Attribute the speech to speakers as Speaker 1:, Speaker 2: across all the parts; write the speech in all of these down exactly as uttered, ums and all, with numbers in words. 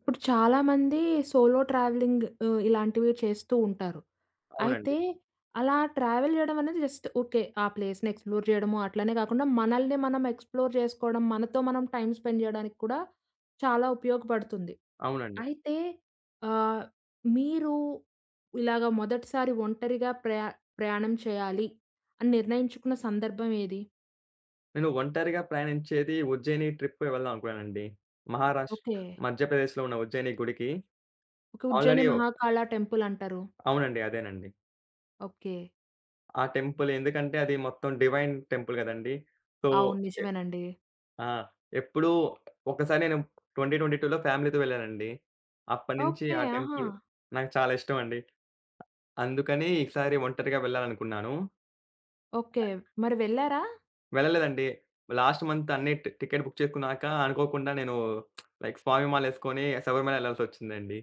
Speaker 1: ఇప్పుడు చాలామంది solo travelling ఆహ్, ఇలాంటివి చేస్తూ ఉంటారు. అయితే
Speaker 2: అవునండి.
Speaker 1: అలా ట్రావెల్ జేయడం అనేది జస్ట్ ఓకే. ఆ ప్లేస్‌ని ఎక్స్‌ప్లోర్ జేయడము అట్లనే గాకుండా మనల్ని మనం ఎక్స్‌ప్లోర్ జేసుకోవడం, మనతో మనం టైమ్ స్పెండ్ జేయడానికి కూడా చాలా ఉపయోగపడుతుంది.
Speaker 2: అవునండి.
Speaker 1: అయితే ఆహ్, మీరు ఇలాగ మొదటిసారి ఒంటరిగా ప్రయా ప్రయాణం చేయాలి అని నిర్ణయించుకున్న సందర్భం ఏది?
Speaker 2: నేను ఒంటరిగా ప్రయాణించేది ఉజ్జయిని ట్రిప్‌కి వెళ్దాం అనుకున్నానండి. మహారాష్ట్ర
Speaker 1: ఓకే.
Speaker 2: మధ్యప్రదేశ్‌లో ఉన్న ఉజ్జయిని గుడికి
Speaker 1: okay. Ujjayini
Speaker 2: already
Speaker 1: Mahakala temple అంటారు.
Speaker 2: అవునండి. అదేనండి.
Speaker 1: ఓకే.
Speaker 2: ఆ టెంపుల్ ఎందుకంటే అది మొత్తం డివైన్ టెంపుల్ గదండీ. సో
Speaker 1: అవును,
Speaker 2: ఎ
Speaker 1: నిజమేనండి.
Speaker 2: ఆ! ఎప్పుడూ ఒకసారి నేను ట్వంటీ ట్వంటీ టూలో ఫ్యామిలీతో వెళ్ళానండి. అప్పటినుంచి
Speaker 1: ఓకే.
Speaker 2: ఆ
Speaker 1: ఆహా!
Speaker 2: టెంపుల్ నాకు చాలా ఇష్టమండి. అందుకని ఈసారి ఒంటరిగా వెళ్ళాలనుకున్నాను.
Speaker 1: ఓకే. మరి వెళ్లారా?
Speaker 2: వెళ్ళలేదండి. లాస్ట్ మంత్ అన్నీ టి టికెట్ బుక్ చేసుకున్నాక అనుకోకుండా నేను లైక్ స్వామి మాలేసుకొని శబరిమల ఎళ్ళాల్సొచ్చిందండి.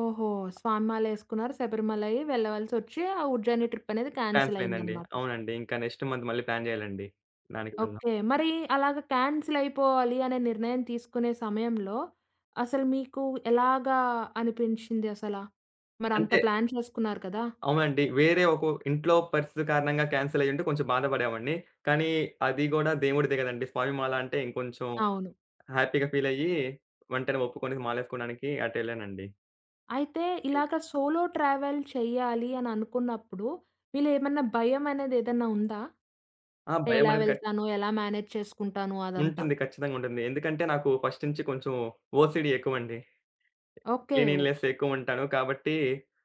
Speaker 1: ఓహో! స్వామిమాలేసుకున్నారు. శబరిమలయి వెళ్ళవలసొచ్చి ఆ ఉజ్జయిని ట్రిప్ అనేది క్యాన్సిల్
Speaker 2: కాన్సెల్ అయిందండి.
Speaker 1: అయిందనమాట.
Speaker 2: అవునండి. ఇంకా నెక్స్ట్ మంత్ మళ్ళీ ప్లాన్ చేయాలండి. దానికి వెళ్దాం.
Speaker 1: ఓకే. మరి అలాగ క్యాన్సిల్ అయిపోవాలి అనే నిర్ణయం తీసుకునే సమయంలో అసలు మీకు ఎలాగా అనిపించింది అసలా? మరంత
Speaker 2: అంటే
Speaker 1: ప్లాన్ చేసుకున్నారు కదా!
Speaker 2: అవునండి. వేరే ఒక ఇంట్లో పరిస్థితి కారణంగా కాన్సెల్ అయ్యుంటే కొంచెం బాధపడేవాడిని. కానీ అది గూడా దేవుడిదే గదండీ! స్వామి మాల అంటే ఇంకొంచెం
Speaker 1: అవును.
Speaker 2: హ్యాపీగా ఫీల్ అయ్యి వెంటనే ఒప్పుకొని మాలేసుకోడానికి అటెళ్ళానండి.
Speaker 1: అయితే
Speaker 2: ఇంక్
Speaker 1: ఇలాగ సోలో ట్రావెల్ చెయ్యాలి అని అనుకున్నప్పుడు మీలేమన్నా భయం అనేది ఏదన్నా ఉందా?
Speaker 2: ఆ!
Speaker 1: అంటే
Speaker 2: భయం
Speaker 1: ఎలా
Speaker 2: అనేది కట్
Speaker 1: వెళ్తాను? ఎలా మేనేజ్ చేసుకుంటాను అదంతా?
Speaker 2: ఉంటుంది. ఖచ్చితంగా ఉంటుంది. ఎందుకంటే నాకు ఫస్ట్ నుంచి కొంచెం ఓసీడీ ఎక్కువండి.
Speaker 1: ఓకే.
Speaker 2: క్లీనిలీనెస్ ఎక్కువుంటాను. కాబట్టి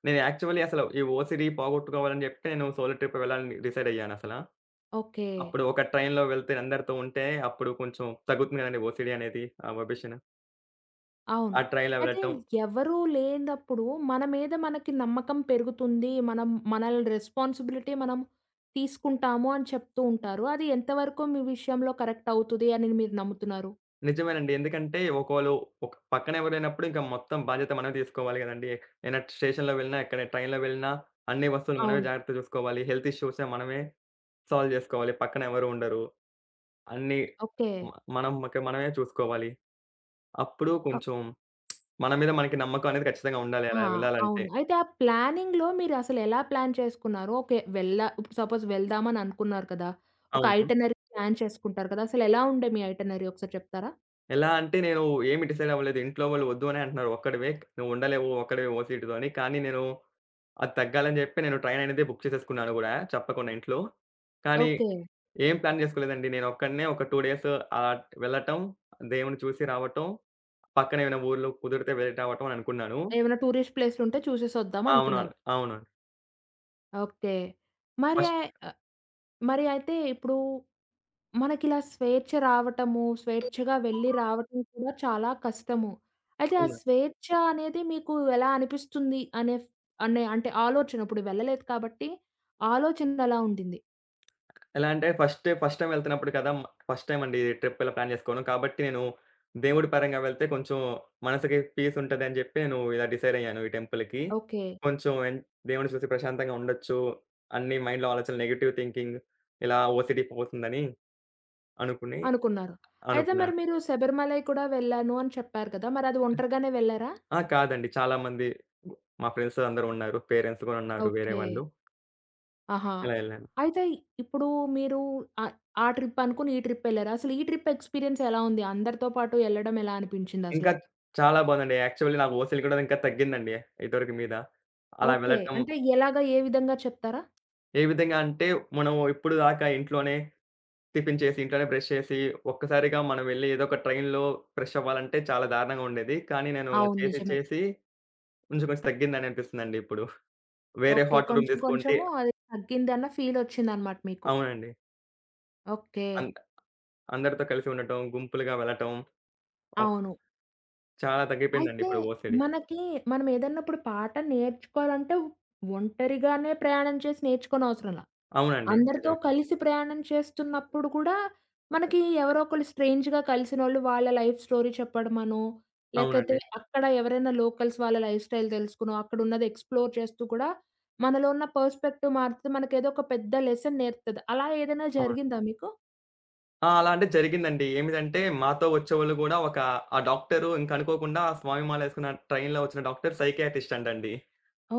Speaker 2: నేను యాక్చువల్లీ అసలు ఈ ఓసీడీ పోగొట్టుకోవాలని జెప్తే నేను సోలో ట్రిప్ వెళ్ళాలని డిసైడ్ అయ్యానసల.
Speaker 1: ఓకే.
Speaker 2: అప్పుడు ఒక ట్రైన్‌లో వెళ్తే అందరితో ఉంటే అప్పుడు కొంచెం తగ్గుతుంది గదండీ ఓసీడీ అనేది. ఆ వబిషన్.
Speaker 1: అవును.
Speaker 2: ఆ ట్రైన్‌లో
Speaker 1: అయితే
Speaker 2: వెళ్ళటం.
Speaker 1: ఎవరు లేనప్పుడు మన మీద మనకి నమ్మకం పెరుగుతుంది. మనం మన రెస్పాన్సిబిలిటీ మనం తీసుకుంటాము అని చెప్తూ ఉంటారు. అది ఎంతవరకు మీ విషయంలో కరెక్ట్ అవుతది అని మీరు నమ్ముతున్నారు?
Speaker 2: నిజమేనండి. ఎందుకంటే ఒకళ్ళు ఒక పక్కన ఎవరు లేనప్పుడు ఇంక మొత్తం బాధ్యత మనమే తీసుకోవాలి గదండీ. ఏదైనా స్టేషన్‌లో వెళ్ళినా, ఎక్కడ ట్రైన్‌లో వెళ్ళినా అన్ని వస్తువులు మనమే
Speaker 1: అవును.
Speaker 2: జాగ్రత్తగా చూసుకోవాలి. హెల్త్ ఇష్యూస్‌ని మనమే సాల్వ్ జేసుకోవాలి. పక్కన ఎవరు ఉండరు. అన్నీ
Speaker 1: ఓకే.
Speaker 2: మ మనం మనకే మనమే చూసుకోవాలి. అప్పుడు
Speaker 1: అ
Speaker 2: కొంచెం మన మీద మనకి నమ్మకం అనేది ఖచ్చితంగా ఉండాలి అలా
Speaker 1: ఆ!
Speaker 2: వెళ్ళాలంటే.
Speaker 1: అవును. అయితే ఆ ప్లానింగ్‌లో మీరసలు ఎలా ప్లాన్ చేసుకున్నారు? ఓకే. వెళ్ళ ఇప్పుడు సపోజ్ వెళ్దామని అనుకున్నారు కదా! ఒక
Speaker 2: అవును.
Speaker 1: ఐటినరీ ప్లాన్ చేసుకుంటారు కదా! అసలు ఎలా ఉండే మీ ఐటినరీ ఒకసారి చెప్తారా?
Speaker 2: ఎలా అంటే నేను ఏమి డిసైడ్ అవ్వలేదు. ఇంట్లో వాళ్ళు వద్దు అనే అంటున్నారు. ఒక్కడివే నువ్వు ఉండలేవు ఒక్కడివే ఓ సీటుతో అని. కానీ నేను అది తగ్గాలని చెప్పి నేను ట్రైన్ అనేది బుక్ చేసేసుకున్నాను గూడా చెప్పకుండా ఇంట్లో. కానీ
Speaker 1: ఓకే.
Speaker 2: ఏం ప్లాన్ చేసుకోలేదండి. నేను ఒక్కడినే ఒక రెండు డేస్ ఆహ్, వెళ్ళటం, దేవుడిని చూసి రావటం, పక్కన ఏమైనా ఊర్లు కుదిరితే వెళ్ళి రావటం అని అనుకున్నాను.
Speaker 1: ఏమైనా టూరిస్ట్ ప్లేస్‌లుంటే చూసేసొద్దాం
Speaker 2: అవునవును.
Speaker 1: అనుకున్నారు.
Speaker 2: అవును.
Speaker 1: ఓకే. మరి
Speaker 2: ఫస్ట్
Speaker 1: మరి అయితే ఇప్పుడు మనకిలా స్వేచ్ఛ రావటము, స్వేచ్ఛగా వెళ్లి రావటం కూడా చాలా కష్టము. అయితే ఆ
Speaker 2: అవును.
Speaker 1: స్వేచ్ఛ అనేది మీకు ఎలా అనిపిస్తుంది అనే ఫ్ అనే అంటే ఆలోచన ఇప్పుడు వెళ్ళలేదు కాబట్టి ఆలోచన ఎలా ఉండింది?
Speaker 2: ఎలా అంటే ఫస్ట్, ఫస్ట్ టైమ్ వెళ్తున్నప్పుడు కదా! ఫస్ట్ టైమ్ అండి ట్రిప్ ఇలా ప్లాన్ చేసుకోవడం. కాబట్టి నేను దేవుడి పరంగా వెళ్తే కొంచెం మనసుకి పీస్ ఉంటదని జెప్పి నేను ఇలా డిసైడ్ అయ్యాను ఈ టెంపుల్‌కి.
Speaker 1: ఓకే.
Speaker 2: కొంచెం ఎన్ దేవుడిని చూసి ప్రశాంతంగా ఉండొచ్చు. అన్ని మైండ్‌లో ఆలోచనలు నెగెటివ్ థింకింగ్ ఇలా ఓసీడీ పోతుందని అనుకుని
Speaker 1: అనుకున్నారు. అయితే మరి
Speaker 2: అనుకున్నాను.
Speaker 1: మీరు శబరిమలై కూడా వెళ్ళాను అని చెప్పారు కదా! మరి అది ఒంటరిగానే వెళ్లారా?
Speaker 2: ఆ! కాదండి. చాలామంది మా ఫ్రెండ్స్ అందరూ ఉన్నారు. పేరెంట్స్ గూడా ఉన్నారు వేరే
Speaker 1: ఓకే.
Speaker 2: వాళ్ళు.
Speaker 1: ఆహా!
Speaker 2: ఇలా వెళ్ళాను.
Speaker 1: అయితే ఇప్పుడు మీరు ఆహ్, ఆ ట్రిప్ అనుకుని ఈ ట్రిప్ వెళ్లారు. అసలు ఈ ట్రిప్ ఎక్స్‌పీరియన్స్ ఎలా ఉంది? అందరితో పాటు ఎళ్ళడం ఎలా అనిపించిందసల?
Speaker 2: ఇంకా చాలా బాగుందండి. యాక్చువల్లీ నాకు ఓసీడీ కూడా ఇంకా తగ్గిందండి ఇదివరకు మీద. అలా
Speaker 1: ఓకే.
Speaker 2: వెళ్ళటం
Speaker 1: అంటే ఎలాగా? ఏ విధంగా చెప్తారా?
Speaker 2: ఏ విధంగా అంటే, మనం ఇప్పుడు దాకా ఇంట్లోనే టిఫిన్ చేసి, ఇంట్లోనే బ్రష్ చేసి, ఒక్కసారిగా మనం వెళ్లి ఏదో ఒక ట్రైన్‌లో ఫ్రెష్ అవ్వాలంటే చాలా దారుణంగా ఉండేది. కానీ నేను అలా
Speaker 1: అవును,
Speaker 2: చేసి,
Speaker 1: నిజమే.
Speaker 2: చేసి కొంచెం, కొంచెం తగ్గిందని అనిపిస్తుందండి ఇప్పుడు. వేరే
Speaker 1: ఓకే.
Speaker 2: హోటల్ రూమ్
Speaker 1: కొంచెం
Speaker 2: తీసుకుంటే
Speaker 1: కొంచెము అది తగ్గిందన్న ఫీలొచ్చిందనమాట మీకు.
Speaker 2: అవునండి.
Speaker 1: ఓకే.
Speaker 2: అంద అందరితో కలిసి ఉండటం, గుంపులుగా వెళ్ళటం ఆహ్,
Speaker 1: అవును.
Speaker 2: చాలా తగ్గిపోయిందండి
Speaker 1: అయితే
Speaker 2: ఇప్పుడు ఒసిడి.
Speaker 1: మనకి మనం ఏదన్నా ఇప్పుడు పాట నేర్చుకోవాలంటే ఒంటరిగానే ప్రయాణం చేసి నేర్చుకోనవసరంలా.
Speaker 2: అవునండి.
Speaker 1: అందరితో
Speaker 2: నిజమే.
Speaker 1: కలిసి ప్రయాణం చేస్తున్నప్పుడు కూడా మనకి ఎవరో ఒకళ్ళు స్ట్రేంజ్‌గా కలిసినోళ్ళు వాళ్ళ లైఫ్ స్టోరీ చెప్పడమనో, లేకపోతే
Speaker 2: అవునండి.
Speaker 1: అక్కడ ఎవరైనా లోకల్స్ వాళ్ళ లైఫ్ స్టైల్ తెలుసుకునో, అక్కడున్నది ఎక్స్‌ప్లోర్ చేస్తూ కూడా మనలో ఉన్న పర్స్పెక్టివ్ మారితే మనకేదో ఒక పెద్ద లెసన్ నేర్పుతది. అలా ఏదైనా
Speaker 2: అవును.
Speaker 1: జరిగిందా మీకు?
Speaker 2: ఆ! అలా అంటే జరిగిందండి. ఏమిటంటే మాతో వచ్చేవాళ్ళు గూడా ఒక ఆ డాక్టరు ఇంక అనుకోకుండా స్వామి మాలేసుకున్న ట్రైన్‌లో వచ్చిన డాక్టర్ సైకియాట్రిస్ట్ అంటండి.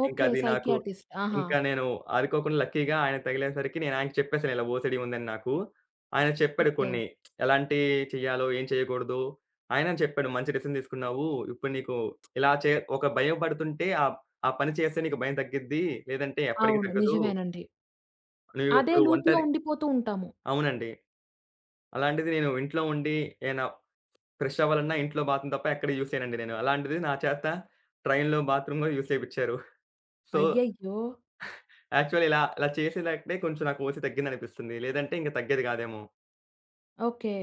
Speaker 1: ఓకే.
Speaker 2: ఇంకది నాకు
Speaker 1: సైకియాట్రిస్ట్. ఆహా!
Speaker 2: ఇంకా నేను అనుకోకుండా లక్కీగా ఆయనకి తగిలేసరికి నేను ఆయనకి చెప్పేసాను ఇలా ఓసిడి ఉందని నాకు. ఆయన చెప్పాడు
Speaker 1: ఓకే.
Speaker 2: కొన్ని ఎలాంటి చేయాలో, ఏం చేయకూడదో ఆయనే చెప్పాడు. మంచి డెసిషన్ తీసుకున్నావు. ఇప్పుడు నీకు ఇలా చే ఒక భయం పడుతుంటే ఆహ్, ఆ పని చేస్తే నీకు భయం తగ్గిద్ది. లేదంటే ఎప్పటికి
Speaker 1: అవును,
Speaker 2: తగ్గదు.
Speaker 1: నిజమేనండి. అదే
Speaker 2: నువ్విప్పుడు
Speaker 1: లూప్‌లో
Speaker 2: ఒంటరి
Speaker 1: ఉండిపోతూ ఉంటాము.
Speaker 2: అవునండి. అలాంటిది నేను ఇంట్లో ఉండి ఏనా ఫ్రెష్ అవ్వాలన్నా ఇంట్లో బాత్రూమ్ తప్ప ఎక్కడ యూజ్ చేయనండి నేను. అలాంటిది నా చేత ట్రైన్‌లో బాత్రూమ్‌లో యూజ్ చేపిచ్చారు. సో
Speaker 1: అయ్యయ్యో!
Speaker 2: యాక్చువల్లీ ఇలా, ఇలా చేసేదంటే కొంచెం నాకు ఓసీ తగ్గిందనిపిస్తుంది. లేదంటే ఇంక తగ్గేది కాదేమో.
Speaker 1: ఓకే.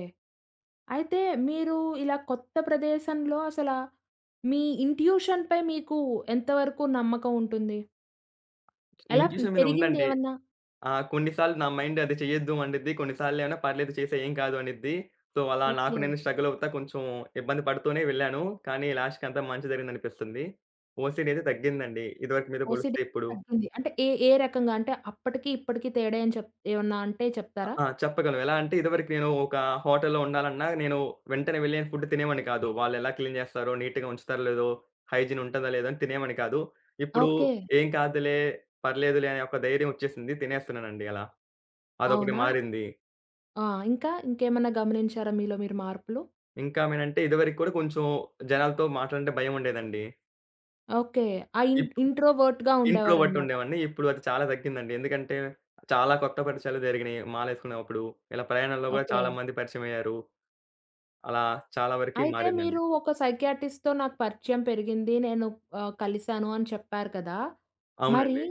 Speaker 1: అయితే మీరు ఇలా కొత్త ప్రదేశంలో అసల మీ ఇంట్యూషన్‌పై మీకు ఎంత వరకు నమ్మకం ఉంటుంది?
Speaker 2: నా
Speaker 1: ఎలా పె
Speaker 2: ఇంట్యూషన్ మీద ఉందండి.
Speaker 1: పెరిగిందేమన్నా?
Speaker 2: ఆహ్, కొన్ని సార్లు నా మైండ్ అది చేయొద్దు అండిద్ది. కొన్ని సార్లేమో పర్లేదు చేసేయి ఏం కాదు అనిద్ది. సో, అలా నాకు
Speaker 1: ఓకే.
Speaker 2: నేను స్ట్రగల్ అవుతా కొంచెం ఇబ్బంది పడుతూనే వెళ్ళాను. కానీ లాస్ట్‌కి అంతా మంచి జరిగిందనిపిస్తుంది. ఓసీడీ అయితే తగ్గిందండి. ఇదివరకు మీద
Speaker 1: ఓసిడీ
Speaker 2: పోలిస్తే ఇప్పుడు.
Speaker 1: తగ్గింది. అంటే ఏ ఏ రకంగా? అంటే అప్పటికి ఇప్పటికి తేడా ఏం చెప్ ఏమన్నా అంటే
Speaker 2: అ!
Speaker 1: చెప్తారా?
Speaker 2: ఆ! చెప్పగలం. ఎలా అంటే ఇదివరకు నేను ఒక హోటల్‌లో ఉండాలన్నా నేను వెంటనే వెళ్ళి ఫుడ్ తినేవాడిని కాదు. వాళ్ళెలా క్లీన్ చేస్తారో, నీట్‌గా ఉంచుతారో లేదో, హైజీన్ ఉంటదా లేదా అని తినేవాడిని కాదు. ఇప్పుడు
Speaker 1: ఓకే.
Speaker 2: ఏం కాదులే, పర్లేదులే అనే ఒక ధైర్యం వచ్చేసింది. తినేస్తున్నానండి అలా. అదొకటి
Speaker 1: అవునా?
Speaker 2: మారింది.
Speaker 1: ఆ! ఇంకా ఇంకేమన్నా గమనించారా మీలో మీరు మార్పులు?
Speaker 2: ఇంకా ఏమనంటే ఇదివరకు కూడా కొంచెం జనాలతో మాట్లాడంటే భయముండేదండి.
Speaker 1: ఓకే. ఆ ఇన్
Speaker 2: ఇప్
Speaker 1: ఇంట్రోవర్ట్‌గా
Speaker 2: ఇంట్రోవర్ట్
Speaker 1: ఉండేవారనమాట.
Speaker 2: ఉండేవాడిని. ఇప్పుడు అది చాలా తగ్గిందండి. ఎందుకంటే చాలా కొత్త పరిచయాలు జరిగినాయి మాలేసుకున్నప్పుడు. ఇలా ప్రయాణాల్లో కూడా
Speaker 1: ఓకే.
Speaker 2: చాలా మంది పరిచయమయ్యారు. అలా చాలా వరకి
Speaker 1: అయితే మీరు
Speaker 2: మారిందండి.
Speaker 1: ఒక సైకియాట్రిస్ట్‌తో నాకు పరిచయం పెరిగింది. నేను ఆహ్, కలిసాను అని చెప్పారు కదా! మరి
Speaker 2: అవునండి.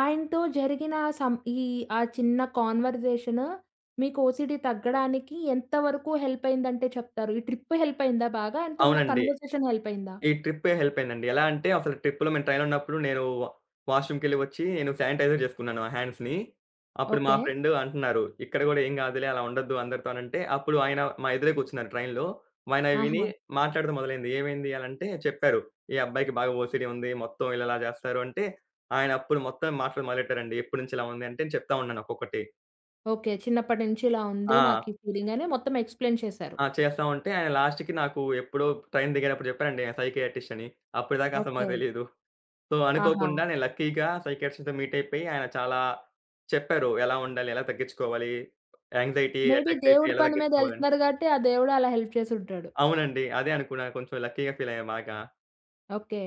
Speaker 1: ఆయనతో జరిగిన సం ఈ ఆ చిన్న కన్వర్జేషన్ మీకు ఓసీడీ తగ్గడానికి ఎంత వరకు హెల్ప్ అయిందంటే చెప్తారు? ఈ ట్రిప్ హెల్ప్ అయిందా బాగా? ఆయనతో ఉన్న
Speaker 2: అవునండి.
Speaker 1: కన్వర్జేషన్ హెల్ప్ అయిందా?
Speaker 2: ఈ ట్రిప్పే హెల్ప్ అయిందండి. ఎలా అంటే అసలు ట్రిప్‌లో మేము ట్రైన్‌లో ఉన్నప్పుడు నేను వాష్‌రూమ్‌కెళ్ళి వచ్చి నేను శానిటైజర్ చేసుకున్నాను నా హ్యాండ్స్‌ని. అప్పుడు మా
Speaker 1: ఓకే.
Speaker 2: ఫ్రెండ్ అంటున్నారు, "ఇక్కడ గూడా ఏం గాదులే అలా ఉండొద్దు అందరితో" అనంటే, అప్పుడు ఆయన మా ఎదురే కూర్చున్నారు ట్రైన్‌లో. ఆయన విని
Speaker 1: ఆహా!
Speaker 2: మాట్లాడడం మొదలైంది. "ఏమైంది?" అనంటే చెప్పారు. "ఈ అబ్బాయికి బాగా ఓసీడీ ఉంది. మొత్తం వీళ్ళు ఇలా జేస్తారు" అంటే, ఆయన అప్పుడు మొత్తం మాటలు మొదలెట్టారండి. ఎప్పటి నుంచి ఇలా ఉంది అంటే నేను చెప్తా ఉన్నాను ఒక్కొక్కటి.
Speaker 1: ఓకే. చిన్నప్పటి నుంచి ఇలా ఉంది.
Speaker 2: ఆ!
Speaker 1: నాకు ఈ ఫీలింగ్ అని మొత్తం ఎక్స్‌ప్లెయిన్ చేశారు.
Speaker 2: ఆ! చేస్తా ఉంటే ఆయన లాస్ట్‌కి నాకు ఎప్పుడో ట్రైన్ దిగేటప్పుడు జెప్పారండి ఆయన సైకియాట్రిస్ట్ అని. అప్పటిదాకా అసలు
Speaker 1: ఓకే.
Speaker 2: మాకు తెలీదు. సో,
Speaker 1: ఆహా!
Speaker 2: అనుకోకుండా నేను లక్కీగా సైకియాట్రిస్ట్‌తో మీట్ అయిపోయి ఆయన చాలా చెప్పారు. ఎలా ఉండాలి? ఎలా తగ్గించుకోవాలి? యాంక్సైటీ
Speaker 1: మేబీ
Speaker 2: అటాక్స్ అయితే
Speaker 1: దేవుడి
Speaker 2: ఎలా
Speaker 1: పని మీద
Speaker 2: తగ్గించుకోవాలని?
Speaker 1: ఎళ్తున్నారు కాబట్టి, ఆ దేవుడు అలా హెల్ప్ చేసుంటాడు.
Speaker 2: అవునండి. అదే అనుకున్నా. కొంచెం లక్కీగా ఫీల్ అయ్యా బాగా.
Speaker 1: ఓకే.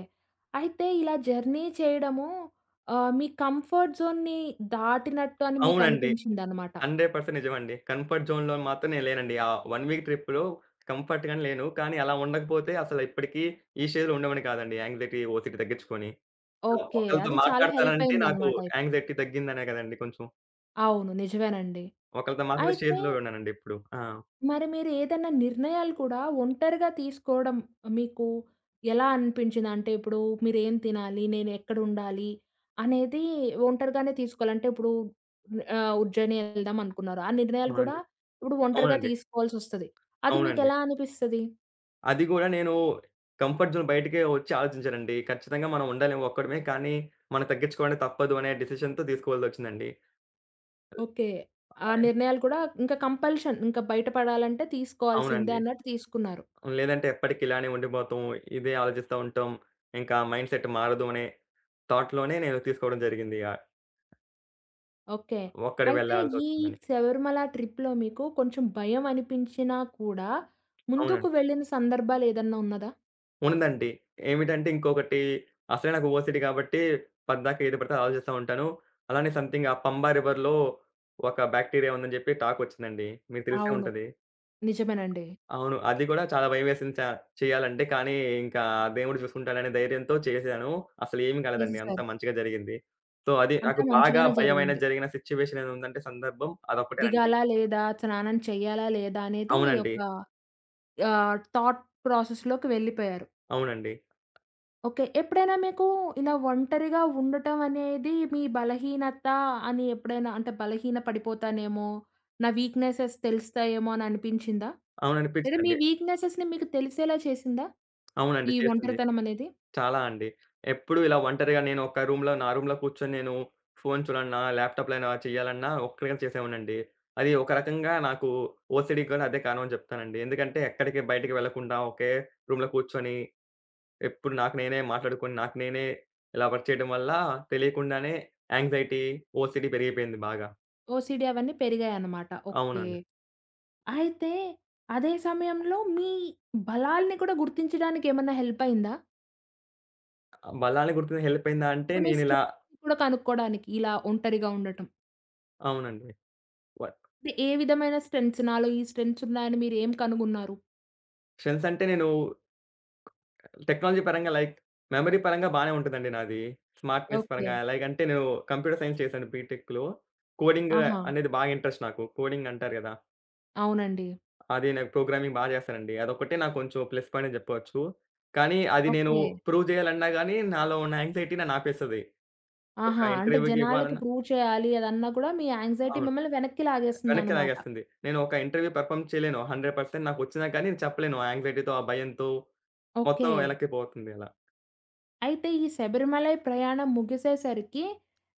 Speaker 1: అయితే ఇలా జర్నీ చేయడము ఆహ్, మీ కంఫర్ట్ జోన్‌ని దాటినట్టు అని
Speaker 2: అవునండి.
Speaker 1: మీకనిపించిందనమాట.
Speaker 2: వంద శాతం నిజమండి. కంఫర్ట్ జోన్‌లో మాత్రం నేను లేనండి. ఆ ఒక వీక్ ట్రిప్‌లో కంఫర్ట్‌గానే లేను. కానీ అలా ఉండకపోతే అసలు ఇప్పటికి ఈ స్టేజ్‌లో ఉండేవాడిని కాదండి. యాంక్సైటీ, ఓసీడీ తగ్గించుకొని.
Speaker 1: ఓకే.
Speaker 2: ఒకళ్ళతో
Speaker 1: అది చాలా హెల్ప్
Speaker 2: మాట్లాడతానంటే నాకు
Speaker 1: అయిందనమాట అయితే.
Speaker 2: యాంక్సైటీ తగ్గిందనే కదండీ కొంచెం.
Speaker 1: అవును, నిజమేనండి.
Speaker 2: ఒకళ్ళతో మాట్లాడే
Speaker 1: అయితే
Speaker 2: స్టేజ్‌లో ఉన్నానండి ఇప్పుడు. ఆ!
Speaker 1: మరి మీరు ఏదైనా నిర్ణయాలు కూడా ఒంటరిగా తీసుకోవడం మీకు ఎలా అనిపించింది? అంటే ఇప్పుడు మీరేం తినాలి? నేనెక్కడుండాలి? అనేది ఒంటరిగానే తీసుకోవాలి. అంటే ఇప్పుడు ఆహ్, ఉజ్జయిని ఎళ్దాం అనుకున్నారు. ఆ నిర్ణయాలు కూడా
Speaker 2: అవునండి.
Speaker 1: ఇప్పుడు ఒంటరిగా
Speaker 2: అవునండి.
Speaker 1: తీసుకోవాల్సొస్తది. అది
Speaker 2: అవునండి.
Speaker 1: మీకెలా అనిపిస్తది?
Speaker 2: అది గూడా నేను కంఫర్ట్ జోన్ బయటికే వచ్చి ఆలోచించానండి. ఖచ్చితంగా మనం ఉండలేము ఒక్కడమే. కానీ, మనం తగ్గించుకోవడం తప్పదు అనే డిసిషన్‌తో తీసుకోవాల్సొచ్చిందండి.
Speaker 1: ఓకే. ఆ నిర్ణయాలు కూడా ఇంకా కంపల్షన్. ఇంకా బయట పడాలంటే తీసుకోవాల్సిందే
Speaker 2: అవునండి.
Speaker 1: అన్నట్టు తీసుకున్నారు.
Speaker 2: లేదంటే ఎప్పటికి ఇలానే ఉండిపోతాం. ఇదే ఆలోచిస్తా ఉంటాం. ఇంకా మైండ్ సెట్ మారదు అనే థాట్‌లోనే నేను తీసుకోవడం జరిగింది. ఆహ్,
Speaker 1: ఓకే.
Speaker 2: ఒక్కడికి
Speaker 1: అయితే ఈ
Speaker 2: వెళ్ళాల్సొస్తుందని.
Speaker 1: శబరిమల ట్రిప్‌లో మీకు కొంచెం భయం అనిపించినా కూడా ముందుకు
Speaker 2: అవునండి.
Speaker 1: వెళ్ళిన సందర్భాలేదన్నా ఉన్నదా?
Speaker 2: ఉందండి. ఏమిటంటే ఇంకొకటి అసలే నాకు ఓసీడీ కాబట్టి పద్దాక ఏది పడితే అది ఆలోచిస్తా ఉంటాను. అలానే సంథింగ్ ఆ పంబా రివర్‌లో ఒక బాక్టీరియా ఉందని జెప్పి టాకొచ్చిందండి. మీకు తెలిసే
Speaker 1: అవును,
Speaker 2: ఉంటది.
Speaker 1: నిజమేనండి.
Speaker 2: అవును. అది గూడా చాలా భయమేసింది. చ చేయాలంటే, కానీ ఇంకా దేవుడు చూసుకుంటాడనే ధైర్యంతో చేశాను. అసలేమి కాలేదండి. అంతా
Speaker 1: చేసేసారు.
Speaker 2: మంచిగా జరిగింది. సో, అది
Speaker 1: అంతా
Speaker 2: నాకు బాగా
Speaker 1: మంచిగానే జరిగింది.
Speaker 2: భయమైనది జరిగిన సిట్యుయేషన్ ఏదుందంటే సందర్భం అదొక్కటేనండి.
Speaker 1: దిగాలా లేదా? స్నానం చేయాలా లేదా? అనేది
Speaker 2: అవునండి.
Speaker 1: ఒక ఆహ్, థాట్ ప్రాసెస్‌లోకి వెళ్ళిపోయారు.
Speaker 2: అవునండి.
Speaker 1: ఓకే. ఎప్పుడైనా మీకు ఇలా ఒంటరిగా ఉండటం అనేది మీ బలహీనత అని ఎప్పుడైనా అంటే బలహీన పడిపోతానేమో, నా వీక్‌నెసెస్ తెలుస్తాయేమో అని అనిపించిందా? లేదా మీ
Speaker 2: అవుననిపిచ్చిందండి.
Speaker 1: వీక్‌నెసెస్‌ని మీకు తెలిసేలా చేసిందా?
Speaker 2: అవునండి.
Speaker 1: ఈ
Speaker 2: చేస్తుంది.
Speaker 1: ఒంటరితనం అనేది?
Speaker 2: చాలా అండి. ఎప్పుడు ఇలా ఒంటరిగా నేను ఒక రూమ్‌లో నా రూమ్‌లో కూర్చొని నేను ఫోను చూడాలన్నా, ల్యాప్‌టాప్‌లైనా చేయాలన్నా ఒక్కడిగానే చేసేవాడినండి. అది ఒక రకంగా నాకు ఓసీడీకి గూడా అదే కారణం అని జెప్తానండి. ఎందుకంటే ఎక్కడికి బయటికి వెళ్ళకుండా ఒకే రూమ్‌లో కూర్చొని ఎప్పుడు నాకు నేనే మాట్లాడుకొని, నాకు నేనే ఇలా వర్క్ చేయడం వల్ల తెలియకుండానే యాంగ్జైటీ, ఓసీడీ పెరిగిపోయింది బాగా.
Speaker 1: ఓసీడీ అవన్నీ పెరిగాయన్నమాట. ఓకే.
Speaker 2: అవునండి.
Speaker 1: అయితే అదే సమయంలో మీ బలాల్ని కూడా గుర్తించడానికి ఏమన్నా హెల్ప్ అయిందా?
Speaker 2: బలాన్ని గుర్తించడం హెల్ప్ అయిందా అంటే
Speaker 1: అంటే మీ
Speaker 2: నేనిలా
Speaker 1: స్ట్రెంగ్త్‌ని కూడా కనుక్కోడానికి ఇలా ఒంటరిగా ఉండటం.
Speaker 2: అవునండి. వ
Speaker 1: అంటే ఏ విధమైన స్ట్రెంగ్త్స్? నాలో ఈ స్ట్రెంగ్త్స్ ఉన్నాయని మీరు ఏం కనుగొన్నారు?
Speaker 2: స్ట్రెంగ్త్స్ అంటే నేను టెక్నాలజీ పరంగా లైక్ మెమరీ పరంగా బానే ఉంటదండి నాది. Smartness
Speaker 1: okay.
Speaker 2: పరంగా లైక్ అంటే నేను కంప్యూటర్ సైన్స్ చేశాను బీటెక్‌లో. కోడింగ్
Speaker 1: ఆహా!
Speaker 2: అనేది బాగా ఇంట్రెస్ట్ నాకు. కోడింగ్ అంటారు కదా!
Speaker 1: అవునండి.
Speaker 2: అది నాకు ప్రోగ్రామింగ్ బాగా చేస్తానండి. అదొక్కటే నాకు కొంచెం ప్లస్ పాయింట్ అని చెప్పొచ్చు. కానీ అది నేను
Speaker 1: ఓకే.
Speaker 2: ప్రూవ్ చేయాలన్నా గాని నాలో ఉన్న యాంగ్జైటీ నన్ను ఆపేస్తది. ఒక
Speaker 1: ఆహా! అంటే
Speaker 2: ఇంటర్వ్యూ‌కి
Speaker 1: జనాలకి
Speaker 2: ఇవ్వాలన్నా
Speaker 1: ప్రూవ్ చేయాలి అదన్నా కూడా మీ యాంగ్జైటీ
Speaker 2: అవును.
Speaker 1: మిమ్మల్ని వెనక్కి
Speaker 2: వెనక్కి
Speaker 1: లాగేస్తుందనమాట.
Speaker 2: లాగేస్తుంది. నేను ఒక ఇంటర్వ్యూ పెర్ఫార్మ్ చేయలేను. వంద శాతం నాకొచ్చినా కానీ నేను చెప్పలేను. ఆ యాంక్సైటీతో, ఆ భయంతో
Speaker 1: ఓకే.
Speaker 2: మొత్తం వెనక్కి పోతుంది అలా.
Speaker 1: అయితే ఈ శబరిమలై ప్రయాణం ముగిసేసరికి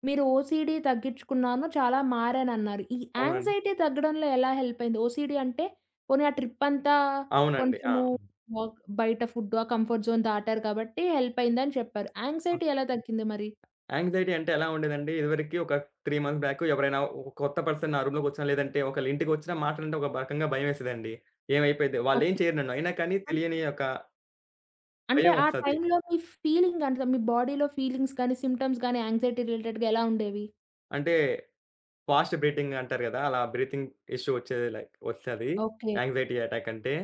Speaker 1: మీరు ఓసీడీ తగ్గించుకున్నాను, చాలా మారానన్నారు. ఈ
Speaker 2: అవునండి.
Speaker 1: యాంగ్జైటీ తగ్గడంలో ఎలా హెల్ప్ అయింది? ఓసీడీ అంటే పోనీ ఆ ట్రిప్ అంతా
Speaker 2: అవునండి. ఆ!
Speaker 1: కొంచెము వర్క్ బయట ఫుడ్, ఆ కంఫర్ట్ జోన్ దాటారు కాబట్టి హెల్ప్ అయిందని చెప్పారు.
Speaker 2: ఆ!
Speaker 1: యాంగ్జైటీ ఎలా తగ్గింది మరి?
Speaker 2: యాంక్సైటీ అంటే ఎలా ఉండేదండి. ఇదివరకి ఒక మూడు మంత్స్ బ్యాక్ ఎవరైనా ఒక కొత్త పర్సన్ నా రూమ్‌లోకొచ్చినా, లేదంటే ఒకళ్ళింటికొచ్చినా మాట్లాడంటే ఒక రకంగా భయమేసేదండి. ఏమైపోద్ది? వాళ్ళేం
Speaker 1: ఓకే.
Speaker 2: చేయరు నన్ను. అయినా కానీ తెలియని ఒక
Speaker 1: అంటే
Speaker 2: భయం
Speaker 1: ఆ
Speaker 2: వస్తది.
Speaker 1: టైంలో మీ ఫీలింగ్ అంత మీ బాడీలో ఫీలింగ్స్ గాని, సింప్టమ్స్ గాని యాంక్సైటీ రిలేటెడ్‌గా ఎలా ఉండేవి?
Speaker 2: అంటే ఫాస్ట్ బ్రీతింగ్ అంటారు గదా! అలా బ్రీతింగ్ ఇష్యూ వచ్చేది లైక్ వస్తది.
Speaker 1: ఓకే.
Speaker 2: యాంక్సైటీ అటాక్ అంటే.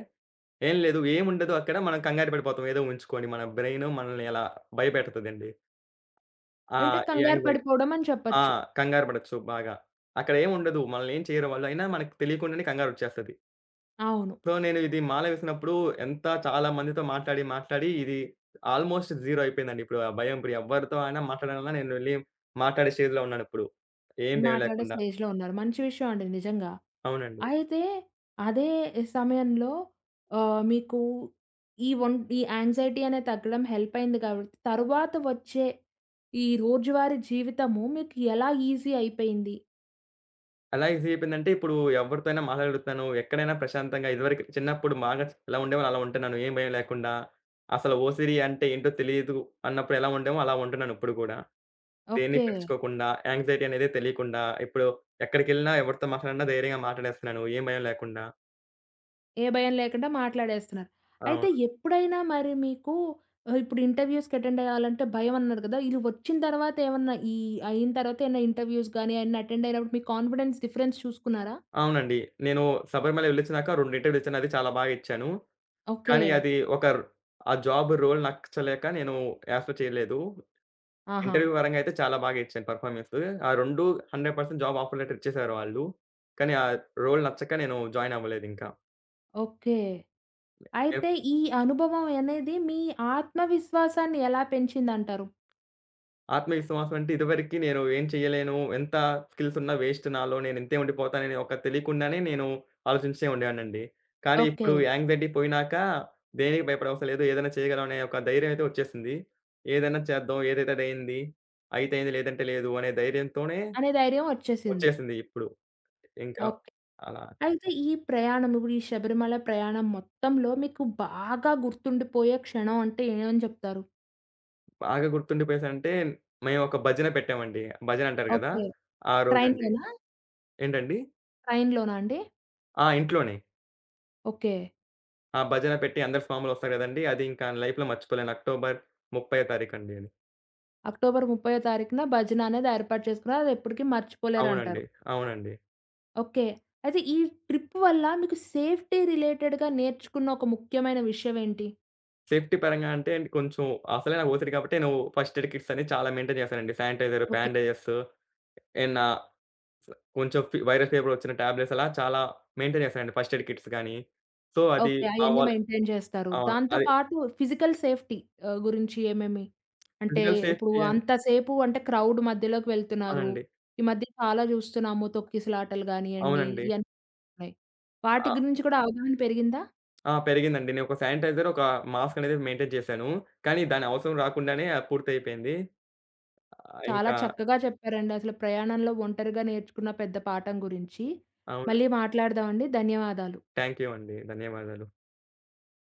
Speaker 2: ఏం లేదు. ఏముండదు అక్కడ. మనం కంగారు పడిపోతాం. ఏదో ఉంచుకొని మన బ్రెయిన్ మనల్ని అలా భయపెడతదండి. ఆ!
Speaker 1: అంటే
Speaker 2: ఈ
Speaker 1: కంగారు
Speaker 2: యాంక్సైటీ
Speaker 1: పడిపోవడం అని
Speaker 2: ఆ!
Speaker 1: చెప్పొచ్చు.
Speaker 2: కంగారు పడొచ్చు బాగా. అక్కడ ఏముండదు. మనల్ని ఏం చేయరు వాళ్ళు. అయినా మనకు తెలియకుండానే కంగారొచ్చేస్తది.
Speaker 1: అవును.
Speaker 2: సో, నేను ఇది మాల వేసినప్పుడు ఎంత చాలా మందితో మాట్లాడి, మాట్లాడి ఇది ఆల్మోస్ట్ జీరో అయిపోయిందండి. ఇప్పుడు ఆ భయం ఇప్పుడు ఎవ్వరితో అయినా మాట్లాడాలన్నా నేను వెళ్లి మాట్లాడే స్టేజ్‌లో ఉన్నానిప్పుడు. ఏం భయం
Speaker 1: మాట్లాడే
Speaker 2: లేకుండా.
Speaker 1: స్టేజ్‌లో ఉన్నారు. మంచి విషయం అండి నిజంగా.
Speaker 2: అవునండి.
Speaker 1: అయితే అదే సమయంలో ఆహ్, మీకు ఈ ఒం ఈ యాంక్సైటీ అనేది తగ్గడం హెల్ప్ అయింది కాబట్టి, తరువాత వచ్చే ఈ రోజువారీ జీవితము మీకు ఎలా ఈజీ అయిపోయింది?
Speaker 2: ఎలా ఈజీ అయిపోయిందంటే, ఇప్పుడు ఎవరితో అయినా మాట్లాడగలుగుతాను. ఎక్కడైనా ప్రశాంతంగా ఇదివరకు చిన్నప్పుడు బాగా ఎలా ఉండేవాడినో అలా ఉంటున్నాను. ఏం భయం లేకుండా. అసలు ఓసిడి అంటే ఏంటో తెలీదు అన్నప్పుడు ఎలా ఉండేమో అలా ఉంటున్నాను ఇప్పుడు కూడా. దేన్ని
Speaker 1: ఓకే.
Speaker 2: పట్టించుకోకుండా, యాంక్సైటీ అనేది తెలియకుండా, ఇప్పుడు ఎక్కడికెళ్ళినా ఎవరితో మాట్లాడినా ధైర్యంగా మాట్లాడేస్తున్నాను. ఏం భయం లేకుండా.
Speaker 1: ఏ భయం లేకుండా మాట్లాడేస్తున్నారు. అయితే
Speaker 2: అవును.
Speaker 1: ఎప్పుడైనా మరి మీకు ఆహ్, ఇప్పుడు ఇంటర్‌వ్యూస్‌కి అటెండ్ అవ్వాలంటే భయం అన్నారు కదా! ఇది వచ్చిన తర్వాత ఏమన్నా ఈ అయిన తర్వాత ఏమన్నా ఇంటర్‌వ్యూస్ గాని అయన్నీ అటెండ్ అయినప్పుడు మీ కాన్ఫిడెన్స్ డిఫరెన్స్ చూసుకున్నారా?
Speaker 2: అవునండి. నేను శబరిమల వెళ్ళొచ్చినాక రెండు ఇంటర్వ్యూలు ఇచ్చాను. అది చాలా బాగా ఇచ్చాను.
Speaker 1: ఓకే.
Speaker 2: కానీ అది ఒక ఆ జాబ్ రోల్ నచ్చలేక నేను యాప్‌లో చేయలేదు.
Speaker 1: ఆహా!
Speaker 2: ఇంటర్వ్యూ పరంగా అయితే చాలా బాగా ఇచ్చాను పర్ఫార్మెన్స్. ఆ రెండు వంద శాతం జాబ్ ఆఫర్ లెటర్ ఇచ్చేసారు వాళ్ళు. కానీ ఆ రోల్ నచ్చక నేను జాయిన్ అవ్వలేదింకా.
Speaker 1: ఓకే.
Speaker 2: నేను
Speaker 1: అయితే ఈ అనుభవం అనేది మీ ఆత్మవిశ్వాసాన్ని ఎలా పెంచిందంటారు?
Speaker 2: ఆత్మవిశ్వాసం అంటే ఇదివరకి నేను ఏం చేయలేను, ఎంత స్కిల్స్ ఉన్నా వేస్ట్ నాలో, నేను ఇంతే ఉండిపోతానని ఒక తెలియకుండానే నేను ఆలోచించే ఉండేవాడినండి. కానీ
Speaker 1: ఓకే.
Speaker 2: ఇప్పుడు యాంగ్జైటీ పోయినాక దేనికి భయపడవసరం లేదు. ఏదైనా చేయగలం అనే ఒక ధైర్యం అయితే వచ్చేసింది. ఏదైనా చేద్దాం, ఏదైతే అదయింది, అయితే అయింది లేదంటే లేదు అనే ధైర్యంతోనే
Speaker 1: అనే ధైర్యం వచ్చేసింది.
Speaker 2: వచ్చేసింది ఇప్పుడు. ఇంకా
Speaker 1: ఓకే.
Speaker 2: అలా.
Speaker 1: అయితే ఈ ప్రయాణం ఇప్పుడు ఈ శబరిమల ప్రయాణం మొత్తంలో మీకు బాగా గుర్తుండిపోయే క్షణం అంటే ఏమని చెప్తారు?
Speaker 2: బాగా గుర్తుండిపోయేసి అంటే, మేము ఒక భజన పెట్టామండి. భజన అంటారు గదా!
Speaker 1: ఓకే.
Speaker 2: ఆ రోజండి.
Speaker 1: ట్రైన్‌లోనా?
Speaker 2: ఏంటండి?
Speaker 1: ట్రైన్‌లోనా అండి?
Speaker 2: ఆ! ఇంట్లోనే.
Speaker 1: ఓకే.
Speaker 2: ఆ భజన పెట్టి అందరు స్వాములొస్తారు గదండీ! అది ఇంకా లైఫ్‌లో మర్చిపోలేను. అక్టోబర్ ముప్పైవ తారీఖండి అది.
Speaker 1: అక్టోబర్ ముప్పైవ తారీఖున భజన అనేది ఏర్పాటు చేసుకున్నారు. అది ఎప్పటికి మర్చిపోలేరంటారు.
Speaker 2: అవునండి. అవునండి.
Speaker 1: ఓకే. అయితే ఈ ట్రిప్ వల్ల మీకు సేఫ్టీ రిలేటెడ్‌గా నేర్చుకున్న ఒక ముఖ్యమైన విషయం ఏంటి?
Speaker 2: సేఫ్టీ పరంగా అంటే కొంచెం అసలే నాకు ఓసిడి కాబట్టి నేను ఫస్ట్ ఎయిడ్ కిట్స్ అని చాలా మెయింటైన్ చేశానండి. Sanitiser,
Speaker 1: okay.
Speaker 2: బ్యాండేజెస్ ఏన్నా కొంచెం ఫీ వైరల్ ఫీవర్ వచ్చిన టాబ్లెట్స్ అలా చాలా మెయింటైన్ చేశానండి. ఫస్ట్ ఎయిడ్ కిట్స్ గాని. సో, అది
Speaker 1: ఓకే.
Speaker 2: మా
Speaker 1: అయన్నీ
Speaker 2: వాల్
Speaker 1: మెయింటైన్ చేస్తారు.
Speaker 2: అవును.
Speaker 1: దాంతో
Speaker 2: అది
Speaker 1: పాటు ఫిజికల్ సేఫ్టీ ఆహ్, గురించి ఏమేమి? అంటే
Speaker 2: ఫిజికల్
Speaker 1: ఇప్పుడు
Speaker 2: సేఫ్టీ అన్
Speaker 1: అంతసేపు అంటే క్రౌడ్ మధ్యలోకి
Speaker 2: ఆ!
Speaker 1: వెళ్తున్నారు.
Speaker 2: అండి.
Speaker 1: ఈ మధ్య చాలా చూస్తున్నాము తొక్కిసలాటలు గానియండి,
Speaker 2: అవునండి.
Speaker 1: ఇయన్నీ ఉన్నాయి. వాటి
Speaker 2: ఆ!
Speaker 1: గురించి కూడా అవగాహన పెరిగిందా?
Speaker 2: ఆ! పెరిగిందండి. నేనొక శానిటైజర్, ఒక మాస్క్ అనేది మెయింటైన్ చేశాను. కానీ దాని అవసరం రాకుండానే పూర్తయిపోయింది. ఆహ్,
Speaker 1: చాలా
Speaker 2: ఇంకా
Speaker 1: చక్కగా చెప్పారండి. అసలు ప్రయాణంలో ఒంటరిగా నేర్చుకున్న పెద్ద పాఠం గురించి.
Speaker 2: అవును.
Speaker 1: మళ్ళీ మాట్లాడదామండి. ధన్యవాదాలు.
Speaker 2: థాంక్ యూ అండి. ధన్యవాదాలు.